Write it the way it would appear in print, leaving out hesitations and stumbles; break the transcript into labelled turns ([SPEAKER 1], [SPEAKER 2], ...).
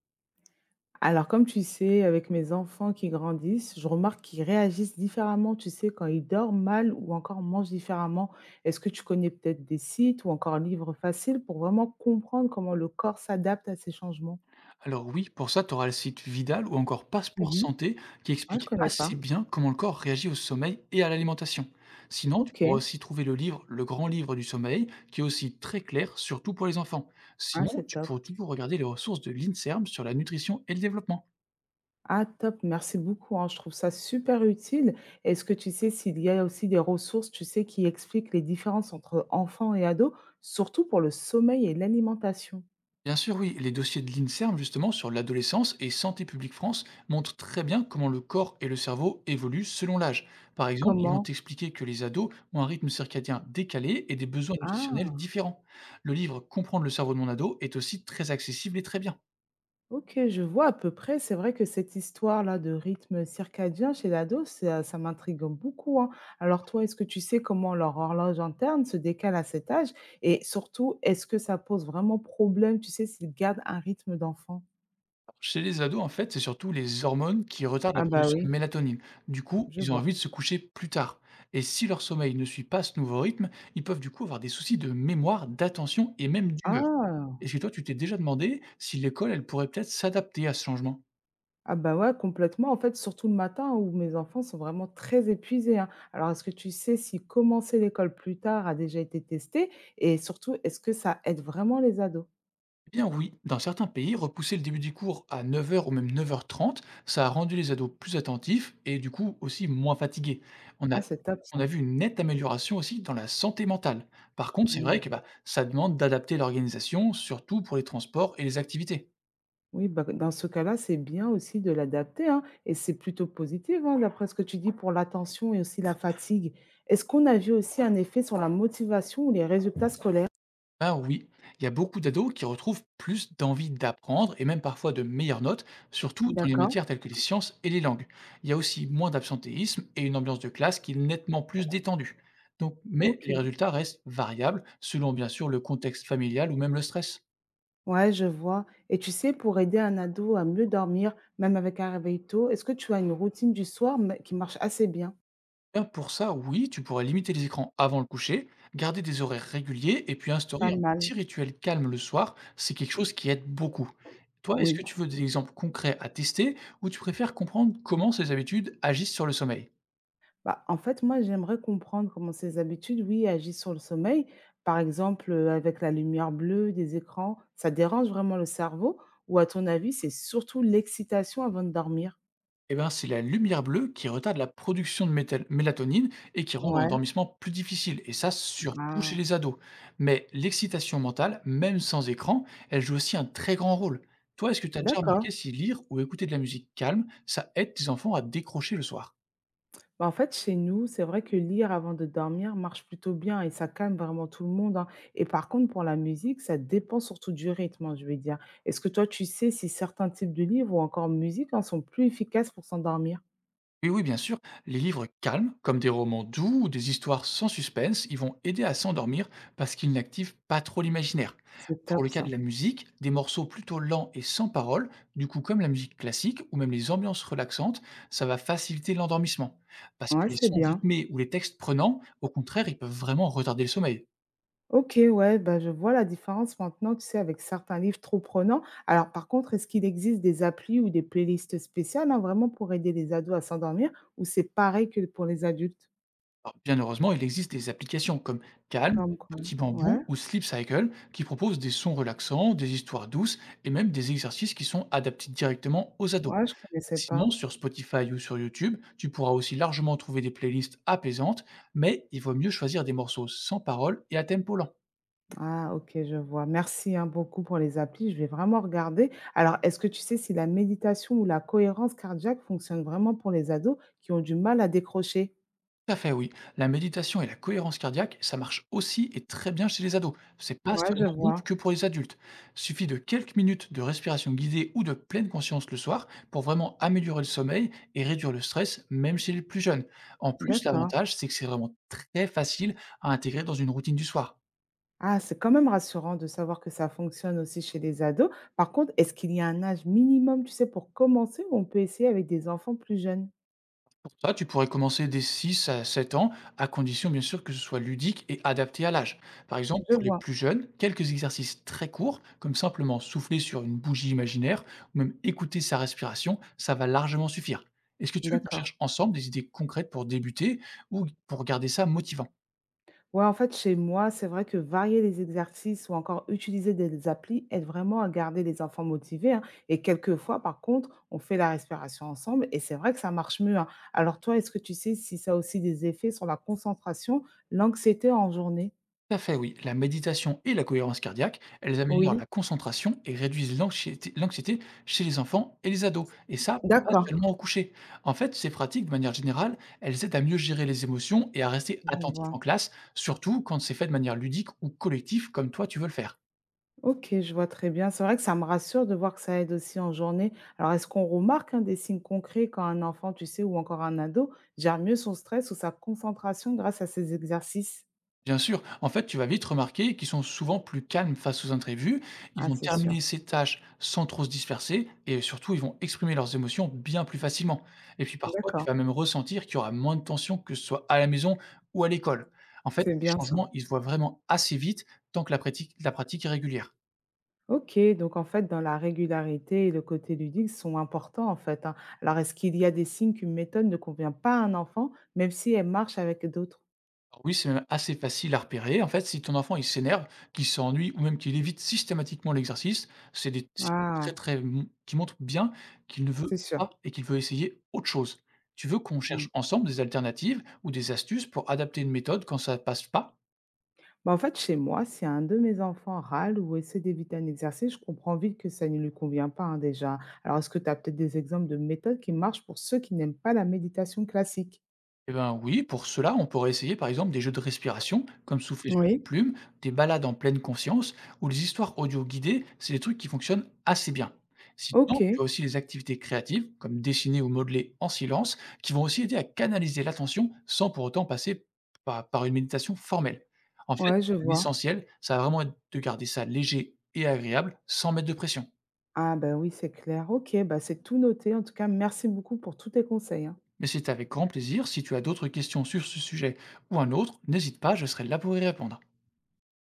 [SPEAKER 1] Alors, comme tu sais, avec mes enfants qui grandissent, je remarque qu'ils réagissent différemment, tu sais, quand ils dorment mal ou encore mangent différemment. Est-ce que tu connais peut-être des sites ou encore livres faciles pour vraiment comprendre comment le corps s'adapte à ces changements?
[SPEAKER 2] Alors oui, pour ça, tu auras le site Vidal ou encore Passeport
[SPEAKER 1] Mhm.
[SPEAKER 2] Santé qui
[SPEAKER 1] Ah, je
[SPEAKER 2] explique
[SPEAKER 1] connais pas.
[SPEAKER 2] assez bien comment le corps réagit au sommeil et à l'alimentation. Sinon, tu
[SPEAKER 1] Ok,
[SPEAKER 2] pourras aussi trouver le livre Le Grand Livre du Sommeil qui est aussi très clair, surtout pour les enfants.
[SPEAKER 1] ah,
[SPEAKER 2] Sinon,
[SPEAKER 1] c'est
[SPEAKER 2] tu
[SPEAKER 1] top.
[SPEAKER 2] pourras toujours regarder les ressources de l'INSERM sur la nutrition et le développement.
[SPEAKER 1] Ah, top, merci beaucoup, hein. Je trouve ça super utile. Est-ce que tu sais s'il y a aussi des ressources, tu sais, qui expliquent les différences entre enfants et ados, surtout pour le sommeil et l'alimentation?
[SPEAKER 2] Bien sûr, oui, les dossiers de l'INSERM justement sur l'adolescence et Santé publique France montrent très bien comment le corps et le cerveau évoluent selon l'âge. Par exemple, ils vont
[SPEAKER 1] Comment?
[SPEAKER 2] expliquer que les ados ont un rythme circadien décalé et des besoins nutritionnels
[SPEAKER 1] Ah.
[SPEAKER 2] différents. Le livre Comprendre le cerveau de mon ado est aussi très accessible et très bien.
[SPEAKER 1] OK, je vois à peu près. C'est vrai que cette histoire-là de rythme circadien chez l'ado, ça m'intrigue beaucoup, hein. Alors toi, est-ce que tu sais comment leur horloge interne se décale à cet âge? Et surtout, est-ce que ça pose vraiment problème, tu sais, s'ils gardent un rythme d'enfant?
[SPEAKER 2] Chez les ados, en fait, c'est surtout les hormones qui retardent la
[SPEAKER 1] Ah bah
[SPEAKER 2] production de
[SPEAKER 1] oui,
[SPEAKER 2] mélatonine. Du coup,
[SPEAKER 1] je
[SPEAKER 2] ils ont
[SPEAKER 1] vois.
[SPEAKER 2] envie de se coucher plus tard. Et si leur sommeil ne suit pas ce nouveau rythme, ils peuvent du coup avoir des soucis de mémoire, d'attention et même d'humeur.
[SPEAKER 1] Ah!
[SPEAKER 2] Est-ce que toi, tu t'es déjà demandé si l'école, elle pourrait peut-être s'adapter à ce changement?
[SPEAKER 1] Ah bah ouais, complètement. En fait, surtout le matin où mes enfants sont vraiment très épuisés, hein. Alors, est-ce que tu sais si commencer l'école plus tard a déjà été testé? Et surtout, est-ce que ça aide vraiment les ados?
[SPEAKER 2] Eh bien oui, dans certains pays, repousser le début du cours à 9 heures ou même 9 h 30, ça a rendu les ados plus attentifs et du coup aussi moins fatigués. On
[SPEAKER 1] Ah,
[SPEAKER 2] a,
[SPEAKER 1] c'est top
[SPEAKER 2] on
[SPEAKER 1] ça.
[SPEAKER 2] a vu une nette amélioration aussi dans la santé mentale. Par contre, c'est vrai que bah, ça demande d'adapter l'organisation, surtout pour les transports et les activités.
[SPEAKER 1] Oui, bah, dans ce cas-là, c'est bien aussi de l'adapter, hein, et c'est plutôt positif, hein, d'après ce que tu dis, pour l'attention et aussi la fatigue. Est-ce qu'on a vu aussi un effet sur la motivation ou les résultats scolaires?
[SPEAKER 2] Ah oui, il y a beaucoup d'ados qui retrouvent plus d'envie d'apprendre et même parfois de meilleures notes, surtout dans les
[SPEAKER 1] D'accord,
[SPEAKER 2] matières telles que les sciences et les langues. Il y a aussi moins d'absentéisme et une ambiance de classe qui est nettement plus détendue. Donc, mais
[SPEAKER 1] ok.
[SPEAKER 2] les résultats restent variables selon bien sûr le contexte familial ou même le stress.
[SPEAKER 1] Ouais, je vois. Et tu sais, pour aider un ado à mieux dormir, même avec un réveil tôt, est-ce que tu as une routine du soir qui marche assez bien?
[SPEAKER 2] Bien, pour ça, oui, tu pourrais limiter les écrans avant le coucher, garder des horaires réguliers et puis instaurer
[SPEAKER 1] Pas
[SPEAKER 2] un
[SPEAKER 1] mal,
[SPEAKER 2] petit rituel calme le soir, c'est quelque chose qui aide beaucoup. Toi, est-ce
[SPEAKER 1] oui.
[SPEAKER 2] que tu veux des exemples concrets à tester ou tu préfères comprendre comment ces habitudes agissent sur le sommeil?
[SPEAKER 1] Bah, en fait, moi, j'aimerais comprendre comment ces habitudes, oui, agissent sur le sommeil. Par exemple, avec la lumière bleue des écrans, ça dérange vraiment le cerveau? Ou à ton avis, c'est surtout l'excitation avant de dormir?
[SPEAKER 2] Eh ben, c'est la lumière bleue qui retarde la production de mélatonine et qui rend
[SPEAKER 1] Ouais.
[SPEAKER 2] l'endormissement plus difficile, et ça surtout chez
[SPEAKER 1] Ah,
[SPEAKER 2] les ados. Mais l'excitation mentale, même sans écran, elle joue aussi un très grand rôle. Toi, est-ce que tu as déjà remarqué
[SPEAKER 1] d'accord.
[SPEAKER 2] si lire ou écouter de la musique calme, ça aide tes enfants à décrocher le soir?
[SPEAKER 1] Bah, en fait, chez nous, c'est vrai que lire avant de dormir marche plutôt bien et ça calme vraiment tout le monde, hein. Et par contre, pour la musique, ça dépend surtout du rythme, hein, je vais dire. Est-ce que toi, tu sais si certains types de livres ou encore musique, hein, sont plus efficaces pour s'endormir?
[SPEAKER 2] Oui, oui, bien sûr. Les livres calmes, comme des romans doux ou des histoires sans suspense, ils vont aider à s'endormir parce qu'ils n'activent pas trop l'imaginaire.
[SPEAKER 1] C'est
[SPEAKER 2] Pour
[SPEAKER 1] top,
[SPEAKER 2] le cas
[SPEAKER 1] ça.
[SPEAKER 2] de la musique, des morceaux plutôt lents et sans paroles, du coup comme la musique classique ou même les ambiances relaxantes, ça va faciliter l'endormissement. Parce
[SPEAKER 1] Ouais,
[SPEAKER 2] que les
[SPEAKER 1] c'est
[SPEAKER 2] sons
[SPEAKER 1] bien.
[SPEAKER 2] rythmés ou les textes prenants, au contraire, ils peuvent vraiment retarder le sommeil.
[SPEAKER 1] OK, ouais, bah, je vois la différence maintenant, tu sais, avec certains livres trop prenants. Alors, par contre, est-ce qu'il existe des applis ou des playlists spéciales, hein, vraiment pour aider les ados à s'endormir, ou c'est pareil que pour les adultes?
[SPEAKER 2] Alors, bien heureusement, il existe des applications comme Calm,
[SPEAKER 1] Comme quoi?
[SPEAKER 2] Petit
[SPEAKER 1] Ouais,
[SPEAKER 2] Bambou ou Sleep Cycle qui proposent des sons relaxants, des histoires douces et même des exercices qui sont adaptés directement aux ados.
[SPEAKER 1] ouais, je connaissais pas.
[SPEAKER 2] Sinon, sur Spotify ou sur YouTube, tu pourras aussi largement trouver des playlists apaisantes, mais il vaut mieux choisir des morceaux sans parole et à tempo lent.
[SPEAKER 1] Ah, OK, je vois. Merci, hein, beaucoup pour les applis. Je vais vraiment regarder. Alors, est-ce que tu sais si la méditation ou la cohérence cardiaque fonctionne vraiment pour les ados qui ont du mal à décrocher?
[SPEAKER 2] Tout à fait, oui. La méditation et la cohérence cardiaque, ça marche aussi et très bien chez les ados. C'est pas
[SPEAKER 1] Ouais, je
[SPEAKER 2] seulement bon
[SPEAKER 1] vois.
[SPEAKER 2] que pour les adultes. Suffit de quelques minutes de respiration guidée ou de pleine conscience le soir pour vraiment améliorer le sommeil et réduire le stress, même chez les plus jeunes. En plus,
[SPEAKER 1] D'accord.
[SPEAKER 2] l'avantage, c'est que c'est vraiment très facile à intégrer dans une routine du soir.
[SPEAKER 1] Ah, c'est quand même rassurant de savoir que ça fonctionne aussi chez les ados. Par contre, est-ce qu'il y a un âge minimum, tu sais, pour commencer ou on peut essayer avec des enfants plus jeunes?
[SPEAKER 2] Pour ça, tu pourrais commencer dès 6 à 7 ans, à condition bien sûr que ce soit ludique et adapté à l'âge. Par Mhm. exemple,
[SPEAKER 1] Je
[SPEAKER 2] pour les
[SPEAKER 1] vois,
[SPEAKER 2] plus jeunes, quelques exercices très courts, comme simplement souffler sur une bougie imaginaire ou même écouter sa respiration, ça va largement suffire. Est-ce que tu veux qu'on
[SPEAKER 1] d'accord.
[SPEAKER 2] cherche ensemble des idées concrètes pour débuter ou pour garder ça motivant?
[SPEAKER 1] Ouais, en fait, chez moi, c'est vrai que varier les exercices ou encore utiliser des applis aide vraiment à garder les enfants motivés, hein. Et quelquefois, par contre, on fait la respiration ensemble et c'est vrai que ça marche mieux, hein. Alors toi, est-ce que tu sais si ça a aussi des effets sur la concentration, l'anxiété en journée?
[SPEAKER 2] Tout à fait, oui. La méditation et la cohérence cardiaque, elles améliorent
[SPEAKER 1] Oui,
[SPEAKER 2] la concentration et réduisent l'anxiété chez les enfants et les ados. Et ça, pas
[SPEAKER 1] d'accord,
[SPEAKER 2] seulement au coucher. En fait, ces pratiques, de manière générale, elles aident à mieux gérer les émotions et à rester
[SPEAKER 1] je
[SPEAKER 2] attentif
[SPEAKER 1] vois.
[SPEAKER 2] en classe, surtout quand c'est fait de manière ludique ou collective, comme toi tu veux le faire.
[SPEAKER 1] OK, je vois très bien. C'est vrai que ça me rassure de voir que ça aide aussi en journée. Alors, est-ce qu'on remarque, hein, des signes concrets quand un enfant, tu sais, ou encore un ado, gère mieux son stress ou sa concentration grâce à ces exercices?
[SPEAKER 2] Bien sûr, en fait, tu vas vite remarquer qu'ils sont souvent plus calmes face aux imprévus, ils
[SPEAKER 1] Ah,
[SPEAKER 2] vont
[SPEAKER 1] c'est sûr.
[SPEAKER 2] terminer ces tâches sans trop se disperser et surtout, ils vont exprimer leurs émotions bien plus facilement. Et puis parfois, tu
[SPEAKER 1] D'accord,
[SPEAKER 2] vas même ressentir qu'il y aura moins de tension que ce soit à la maison ou à l'école. En fait,
[SPEAKER 1] c'est
[SPEAKER 2] ces
[SPEAKER 1] bien ça.
[SPEAKER 2] changements, ils se voient vraiment assez vite tant que la pratique est régulière.
[SPEAKER 1] OK, donc en fait, dans la régularité et le côté ludique sont importants en fait, hein. Alors, est-ce qu'il y a des signes qu'une méthode ne convient pas à un enfant, même si elle marche avec d'autres?
[SPEAKER 2] Alors oui, c'est même assez facile à repérer. En fait, si ton enfant il s'énerve, qu'il s'ennuie ou même qu'il évite systématiquement l'exercice, c'est des signes
[SPEAKER 1] Ah,
[SPEAKER 2] très très qui montrent bien qu'il ne veut
[SPEAKER 1] c'est sûr.
[SPEAKER 2] pas et qu'il veut essayer autre chose. Tu veux qu'on cherche ensemble des alternatives ou des astuces pour adapter une méthode quand ça passe pas?
[SPEAKER 1] Bah, en fait, chez moi, si un de mes enfants râle ou essaie d'éviter un exercice, je comprends vite que ça ne lui convient pas, hein, déjà. Alors, est-ce que tu as peut-être des exemples de méthodes qui marchent pour ceux qui n'aiment pas la méditation classique?
[SPEAKER 2] Eh ben oui, pour cela, on pourrait essayer par exemple des jeux de respiration, comme souffler sur une
[SPEAKER 1] Oui.
[SPEAKER 2] plume, des balades en pleine conscience, ou les histoires audio guidées, c'est des trucs qui fonctionnent assez bien.
[SPEAKER 1] Ok,
[SPEAKER 2] Sinon, tu as aussi les activités créatives, comme dessiner ou modeler en silence, qui vont aussi aider à canaliser l'attention sans pour autant passer par une méditation formelle. En fait,
[SPEAKER 1] ouais, je vois.
[SPEAKER 2] l'essentiel, ça va vraiment être de garder ça léger et agréable sans mettre de pression.
[SPEAKER 1] Ah ben oui, c'est clair. Ok, bah c'est tout noté. En tout cas, merci beaucoup pour tous tes conseils, hein.
[SPEAKER 2] Mais c'est avec grand plaisir, si tu as d'autres questions sur ce sujet ou un autre, n'hésite pas, je serai là pour y répondre.